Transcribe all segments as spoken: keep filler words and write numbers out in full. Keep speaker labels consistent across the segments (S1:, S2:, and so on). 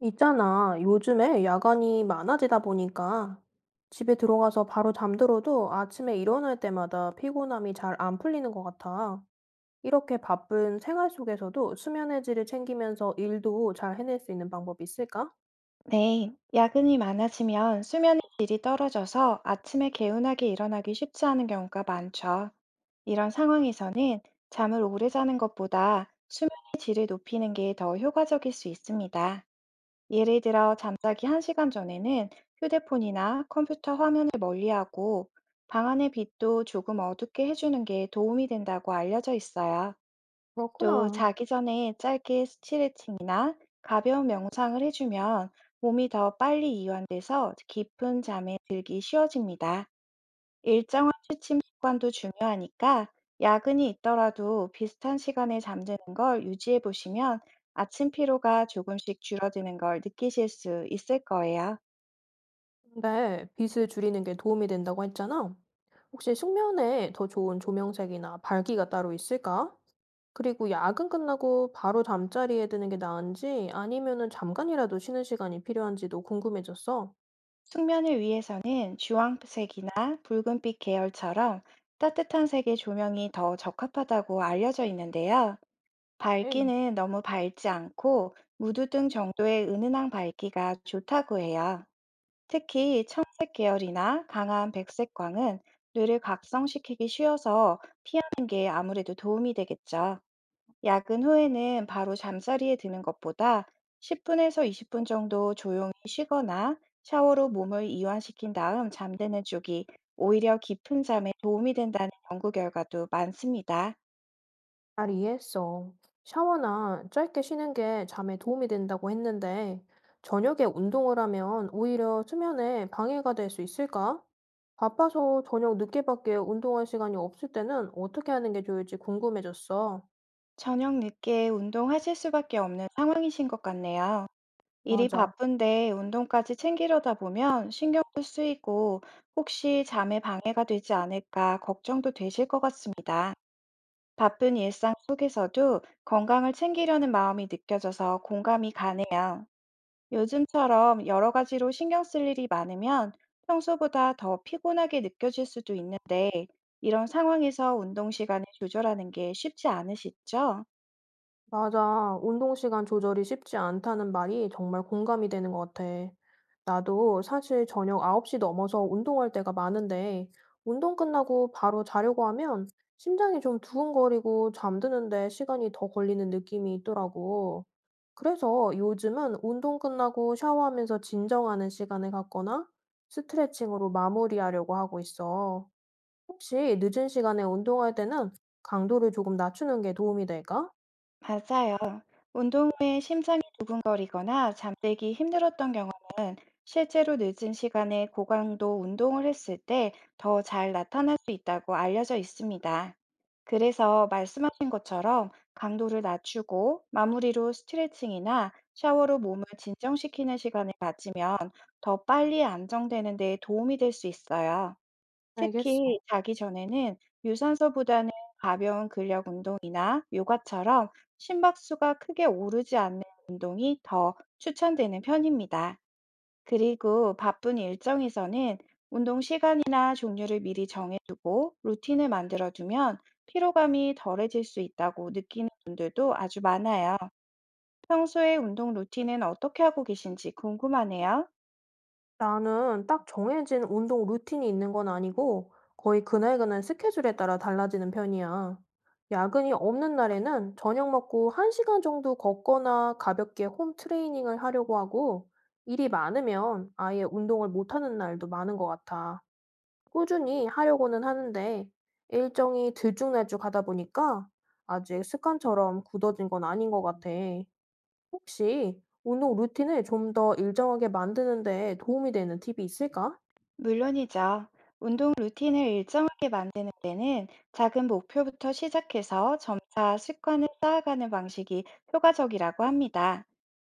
S1: 있잖아. 요즘에 야간이 많아지다 보니까 집에 들어가서 바로 잠들어도 아침에 일어날 때마다 피곤함이 잘 안 풀리는 것 같아. 이렇게 바쁜 생활 속에서도 수면의 질을 챙기면서 일도 잘 해낼 수 있는 방법이 있을까?
S2: 네, 야근이 많아지면 수면의 질이 떨어져서 아침에 개운하게 일어나기 쉽지 않은 경우가 많죠. 이런 상황에서는 잠을 오래 자는 것보다 수면의 질을 높이는 게 더 효과적일 수 있습니다. 예를 들어, 잠자기 한 시간 전에는 휴대폰이나 컴퓨터 화면을 멀리하고 방 안의 빛도 조금 어둡게 해주는 게 도움이 된다고 알려져 있어요. 또
S1: 그렇구나.
S2: 자기 전에 짧게 스트레칭이나 가벼운 명상을 해주면 몸이 더 빨리 이완돼서 깊은 잠에 들기 쉬워집니다. 일정한 취침 습관도 중요하니까 야근이 있더라도 비슷한 시간에 잠드는 걸 유지해 보시면 아침 피로가 조금씩 줄어드는 걸 느끼실 수 있을 거예요.
S1: 근데 빛을 줄이는 게 도움이 된다고 했잖아. 혹시 숙면에 더 좋은 조명색이나 밝기가 따로 있을까? 그리고 야근 끝나고 바로 잠자리에 드는 게 나은지 아니면은 잠깐이라도 쉬는 시간이 필요한지도 궁금해졌어.
S2: 숙면을 위해서는 주황색이나 붉은빛 계열처럼 따뜻한 색의 조명이 더 적합하다고 알려져 있는데요.
S1: 네,
S2: 밝기는 너무 밝지 않고 무드등 정도의 은은한 밝기가 좋다고 해요. 특히 청색 계열이나 강한 백색광은 뇌를 각성시키기 쉬워서 피하는 게 아무래도 도움이 되겠죠. 야근 후에는 바로 잠자리에 드는 것보다 십 분에서 이십 분 정도 조용히 쉬거나 샤워로 몸을 이완시킨 다음 잠드는 쪽이 오히려 깊은 잠에 도움이 된다는 연구 결과도 많습니다.
S1: 잘 이해했어. 샤워나 짧게 쉬는 게 잠에 도움이 된다고 했는데, 저녁에 운동을 하면 오히려 수면에 방해가 될 수 있을까? 바빠서 저녁 늦게밖에 운동할 시간이 없을 때는 어떻게 하는 게 좋을지 궁금해졌어.
S2: 저녁 늦게 운동하실 수밖에 없는 상황이신 것 같네요. 일이
S1: 맞아.
S2: 바쁜데 운동까지 챙기려다 보면 신경도 쓰이고 혹시 잠에 방해가 되지 않을까 걱정도 되실 것 같습니다. 바쁜 일상 속에서도 건강을 챙기려는 마음이 느껴져서 공감이 가네요. 요즘처럼 여러 가지로 신경 쓸 일이 많으면 평소보다 더 피곤하게 느껴질 수도 있는데, 이런 상황에서 운동 시간을 조절하는 게 쉽지 않으시죠?
S1: 맞아. 운동 시간 조절이 쉽지 않다는 말이 정말 공감이 되는 것 같아. 나도 사실 저녁 아홉 시 넘어서 운동할 때가 많은데, 운동 끝나고 바로 자려고 하면 심장이 좀 두근거리고 잠드는데 시간이 더 걸리는 느낌이 있더라고. 그래서 요즘은 운동 끝나고 샤워하면서 진정하는 시간을 갖거나 스트레칭으로 마무리하려고 하고 있어. 혹시 늦은 시간에 운동할 때는 강도를 조금 낮추는 게 도움이 될까?
S2: 맞아요. 운동 후에 심장이 두근거리거나 잠들기 힘들었던 경험은 실제로 늦은 시간에 고강도 운동을 했을 때 더 잘 나타날 수 있다고 알려져 있습니다. 그래서 말씀하신 것처럼 강도를 낮추고 마무리로 스트레칭이나 샤워로 몸을 진정시키는 시간을 가지면 더 빨리 안정되는 데 도움이 될 수 있어요. 특히
S1: 알겠어.
S2: 자기 전에는 유산소보다는 가벼운 근력 운동이나 요가처럼 심박수가 크게 오르지 않는 운동이 더 추천되는 편입니다. 그리고 바쁜 일정에서는 운동 시간이나 종류를 미리 정해두고 루틴을 만들어두면 피로감이 덜해질 수 있다고 느끼는 분들도 아주 많아요. 평소에 운동 루틴은 어떻게 하고 계신지 궁금하네요.
S1: 나는 딱 정해진 운동 루틴이 있는 건 아니고 거의 그날그날 스케줄에 따라 달라지는 편이야. 야근이 없는 날에는 저녁 먹고 한 시간 정도 걷거나 가볍게 홈 트레이닝을 하려고 하고 일이 많으면 아예 운동을 못하는 날도 많은 것 같아. 꾸준히 하려고는 하는데 일정이 들쭉날쭉하다 보니까 아직 습관처럼 굳어진 건 아닌 것 같아. 혹시 운동 루틴을 좀 더 일정하게 만드는 데 도움이 되는 팁이 있을까?
S2: 물론이죠. 운동 루틴을 일정 되는 데는 작은 목표부터 시작해서 점차 습관을 쌓아가는 방식이 효과적이라고 합니다.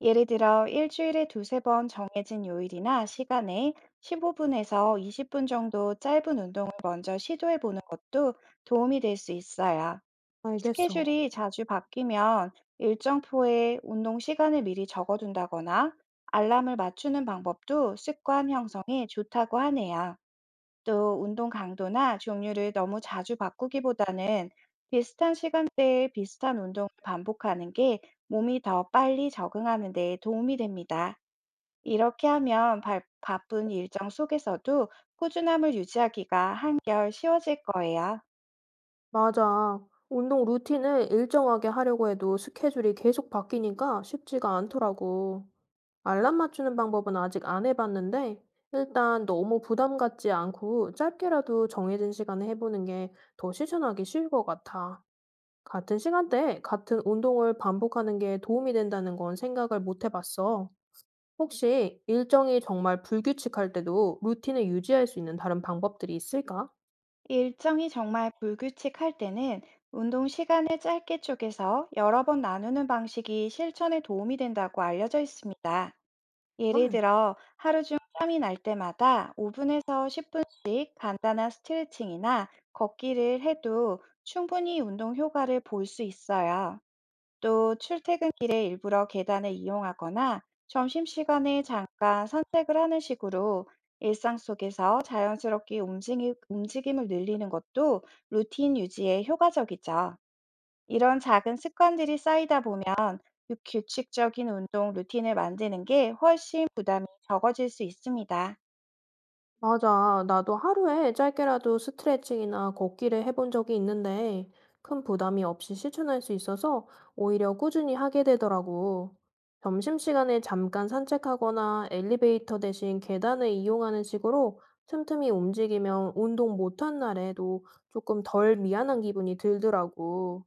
S2: 예를 들어 일주일에 두세 번 정해진 요일이나 시간에 십오 분에서 이십 분 정도 짧은 운동을 먼저 시도해 보는 것도 도움이 될 수 있어요.
S1: 알겠어.
S2: 스케줄이 자주 바뀌면 일정표에 운동 시간을 미리 적어둔다거나 알람을 맞추는 방법도 습관 형성에 좋다고 하네요. 또 운동 강도나 종류를 너무 자주 바꾸기보다는 비슷한 시간대에 비슷한 운동을 반복하는 게 몸이 더 빨리 적응하는 데 도움이 됩니다. 이렇게 하면 바, 바쁜 일정 속에서도 꾸준함을 유지하기가 한결 쉬워질 거예요.
S1: 맞아. 운동 루틴을 일정하게 하려고 해도 스케줄이 계속 바뀌니까 쉽지가 않더라고. 알람 맞추는 방법은 아직 안 해봤는데, 일단 너무 부담 갖지 않고 짧게라도 정해진 시간에 해보는 게 더 실천하기 쉬울 것 같아. 같은 시간대에 같은 운동을 반복하는 게 도움이 된다는 건 생각을 못 해봤어. 혹시 일정이 정말 불규칙할 때도 루틴을 유지할 수 있는 다른 방법들이 있을까?
S2: 일정이 정말 불규칙할 때는 운동 시간을 짧게 쪼개서 여러 번 나누는 방식이 실천에 도움이 된다고 알려져 있습니다. 예를
S1: 정말?
S2: 들어 하루 중 짬이 날 때마다 오 분에서 십 분씩 간단한 스트레칭이나 걷기를 해도 충분히 운동 효과를 볼 수 있어요. 또 출퇴근길에 일부러 계단을 이용하거나 점심시간에 잠깐 산책을 하는 식으로 일상 속에서 자연스럽게 움직이- 움직임을 늘리는 것도 루틴 유지에 효과적이죠. 이런 작은 습관들이 쌓이다 보면 규- 규칙적인 운동 루틴을 만드는 게 훨씬 부담이 적어질 수 있습니다.
S1: 맞아. 나도 하루에 짧게라도 스트레칭이나 걷기를 해본 적이 있는데 큰 부담이 없이 실천할 수 있어서 오히려 꾸준히 하게 되더라고. 점심시간에 잠깐 산책하거나 엘리베이터 대신 계단을 이용하는 식으로 틈틈이 움직이면 운동 못한 날에도 조금 덜 미안한 기분이 들더라고.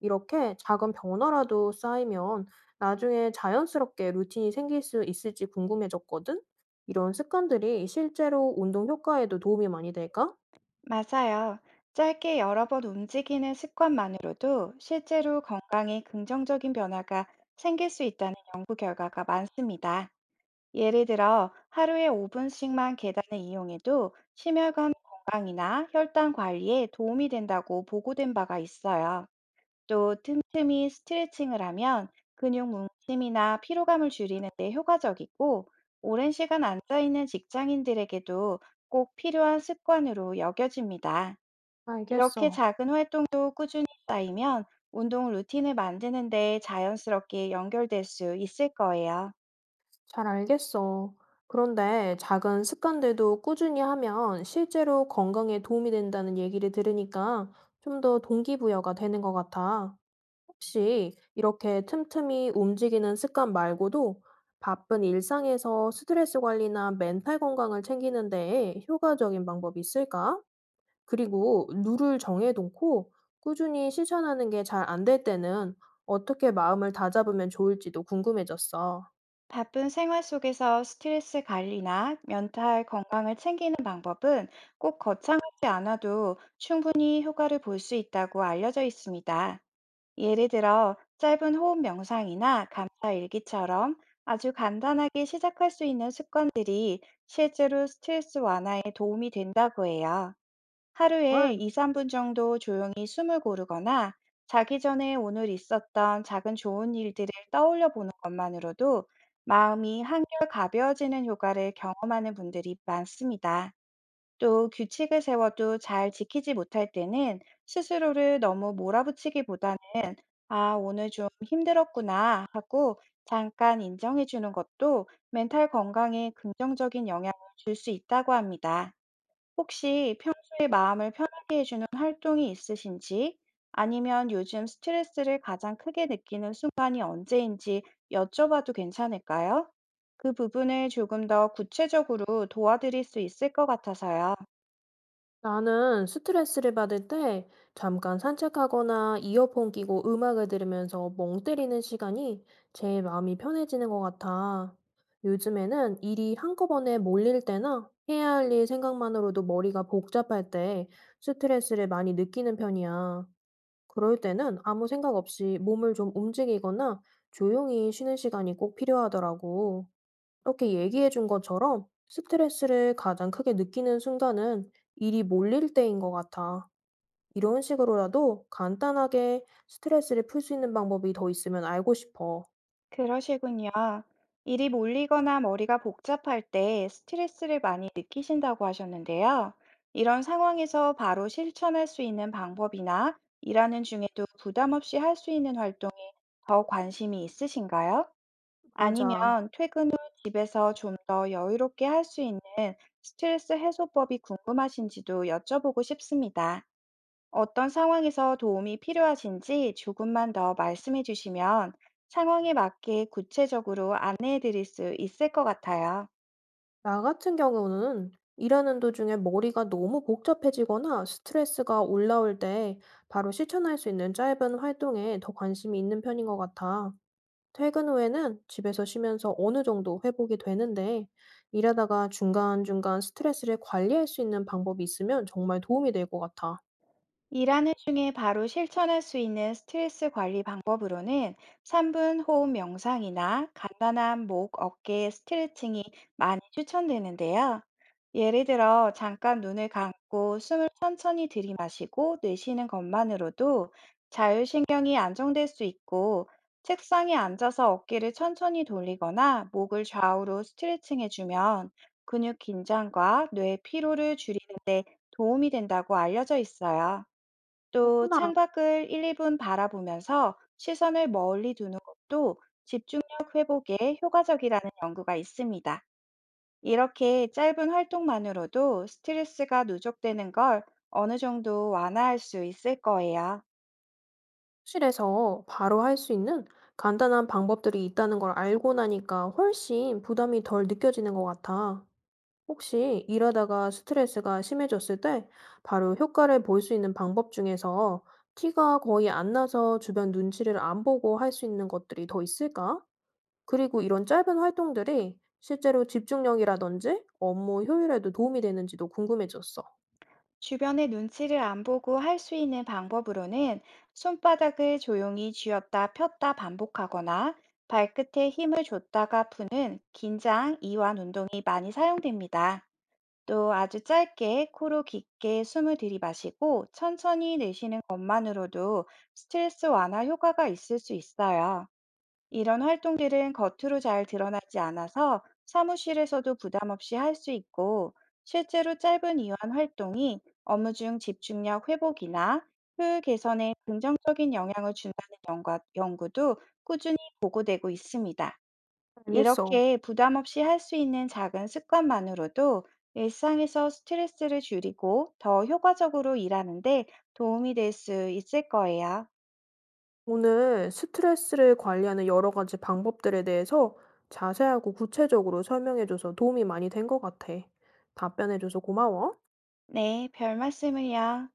S1: 이렇게 작은 변화라도 쌓이면 나중에 자연스럽게 루틴이 생길 수 있을지 궁금해졌거든? 이런 습관들이 실제로 운동 효과에도 도움이 많이 될까?
S2: 맞아요. 짧게 여러 번 움직이는 습관만으로도 실제로 건강에 긍정적인 변화가 생길 수 있다는 연구 결과가 많습니다. 예를 들어, 하루에 오 분씩만 계단을 이용해도 심혈관 건강이나 혈당 관리에 도움이 된다고 보고된 바가 있어요. 또 틈틈이 스트레칭을 하면 근육 뭉침이나 피로감을 줄이는 데 효과적이고, 오랜 시간 앉아 있는 직장인들에게도 꼭 필요한 습관으로 여겨집니다. 이렇게
S1: 알겠어.
S2: 쌓이면 운동 루틴을 만드는 데 자연스럽게 연결될 수 있을 거예요.
S1: 잘 알겠어. 그런데 작은 습관들도 꾸준히 하면 실제로 건강에 도움이 된다는 얘기를 들으니까 좀 더 동기부여가 되는 것 같아. 혹시 이렇게 틈틈이 움직이는 습관 말고도 바쁜 일상에서 스트레스 관리나 멘탈 건강을 챙기는 데에 효과적인 방법이 있을까? 그리고 룰을 정해놓고 꾸준히 실천하는 게 잘 안 될 때는 어떻게 마음을 다잡으면 좋을지도 궁금해졌어.
S2: 바쁜 생활 속에서 스트레스 관리나 멘탈 건강을 챙기는 방법은 꼭 거창하지 않아도 충분히 효과를 볼 수 있다고 알려져 있습니다. 예를 들어 짧은 호흡 명상이나 감사 일기처럼 아주 간단하게 시작할 수 있는 습관들이 실제로 스트레스 완화에 도움이 된다고 해요.
S1: 아,
S2: 하루에 이, 삼 분 정도 조용히 숨을 고르거나 자기 전에 오늘 있었던 작은 좋은 일들을 떠올려 보는 것만으로도 마음이 한결 가벼워지는 효과를 경험하는 분들이 많습니다. 또 규칙을 세워도 잘 지키지 못할 때는 스스로를 너무 몰아붙이기보다는, 아, 오늘 좀 힘들었구나 하고 잠깐 인정해 주는 것도 멘탈 건강에 긍정적인 영향을 줄 수 있다고 합니다. 혹시 평소에 마음을 편하게 해주는 활동이 있으신지, 아니면 요즘 스트레스를 가장 크게 느끼는 순간이 언제인지 여쭤봐도 괜찮을까요? 그 부분을 조금 더 구체적으로 도와드릴 수 있을 것 같아서요.
S1: 나는 스트레스를 받을 때 잠깐 산책하거나 이어폰 끼고 음악을 들으면서 멍 때리는 시간이 제 마음이 편해지는 것 같아. 요즘에는 일이 한꺼번에 몰릴 때나 해야 할 일 생각만으로도 머리가 복잡할 때 스트레스를 많이 느끼는 편이야. 그럴 때는 아무 생각 없이 몸을 좀 움직이거나 조용히 쉬는 시간이 꼭 필요하더라고. 이렇게 얘기해 준 것처럼 스트레스를 가장 크게 느끼는 순간은 일이 몰릴 때인 것 같아. 이런 식으로라도 간단하게 스트레스를 풀 수 있는 방법이 더 있으면 알고 싶어.
S2: 그러시군요. 일이 몰리거나 머리가 복잡할 때 스트레스를 많이 느끼신다고 하셨는데요. 이런 상황에서 바로 실천할 수 있는 방법이나 일하는 중에도 부담 없이 할 수 있는 활동 더 관심이 있으신가요? 아니면
S1: 맞아.
S2: 퇴근 후 집에서 좀 더 여유롭게 할 수 있는 스트레스 해소법이 궁금하신지도 여쭤보고 싶습니다. 어떤 상황에서 도움이 필요하신지 조금만 더 말씀해 주시면 상황에 맞게 구체적으로 안내해 드릴 수 있을 것 같아요.
S1: 나 같은 경우는 일하는 도중에 머리가 너무 복잡해지거나 스트레스가 올라올 때 바로 실천할 수 있는 짧은 활동에 더 관심이 있는 편인 것 같아. 퇴근 후에는 집에서 쉬면서 어느 정도 회복이 되는데, 일하다가 중간중간 스트레스를 관리할 수 있는 방법이 있으면 정말 도움이 될 것 같아.
S2: 일하는 중에 바로 실천할 수 있는 스트레스 관리 방법으로는 삼 분 호흡 명상이나 간단한 목, 어깨 스트레칭이 많이 추천되는데요. 예를 들어, 잠깐 눈을 감고 숨을 천천히 들이마시고 내쉬는 것만으로도 자율신경이 안정될 수 있고, 책상에 앉아서 어깨를 천천히 돌리거나 목을 좌우로 스트레칭해주면 근육 긴장과 뇌 피로를 줄이는데 도움이 된다고 알려져 있어요. 또
S1: 그렇구나.
S2: 창밖을 일, 이 분 바라보면서 시선을 멀리 두는 것도 집중력 회복에 효과적이라는 연구가 있습니다. 이렇게 짧은 활동만으로도 스트레스가 누적되는 걸 어느 정도 완화할 수 있을 거예요.
S1: 실에서 바로 할 수 있는 간단한 방법들이 있다는 걸 알고 나니까 훨씬 부담이 덜 느껴지는 것 같아. 혹시 일하다가 스트레스가 심해졌을 때 바로 효과를 볼 수 있는 방법 중에서 티가 거의 안 나서 주변 눈치를 안 보고 할 수 있는 것들이 더 있을까? 그리고 이런 짧은 활동들이 실제로 집중력이라든지 업무 효율에도 도움이 되는지도 궁금해졌어.
S2: 주변의 눈치를 안 보고 할 수 있는 방법으로는 손바닥을 조용히 쥐었다 폈다 반복하거나 발끝에 힘을 주는 긴장이 많이 사용됩니다. 또 아주 짧게 코로 깊게 숨을 들이마시고 천천히 내쉬는 것만으로도 스트레스 완화 효과가 있을 수 있어요. 이런 활동들은 겉으로 잘 드러나지 않아서 사무실에서도 부담 없이 할 수 있고, 실제로 짧은 이완 활동이 업무 중 집중력 회복이나 효율 개선에 긍정적인 영향을 준다는 연구, 연구도 꾸준히 보고되고 있습니다.
S1: 알겠어.
S2: 이렇게 부담 없이 할 수 있는 작은 습관만으로도 일상에서 스트레스를 줄이고 더 효과적으로 일하는데 도움이 될 수 있을 거예요.
S1: 오늘 스트레스를 관리하는 여러 가지 방법들에 대해서 자세하고 구체적으로 설명해줘서 도움이 많이 된 것 같아. 답변해줘서 고마워.
S2: 네, 별 말씀을요.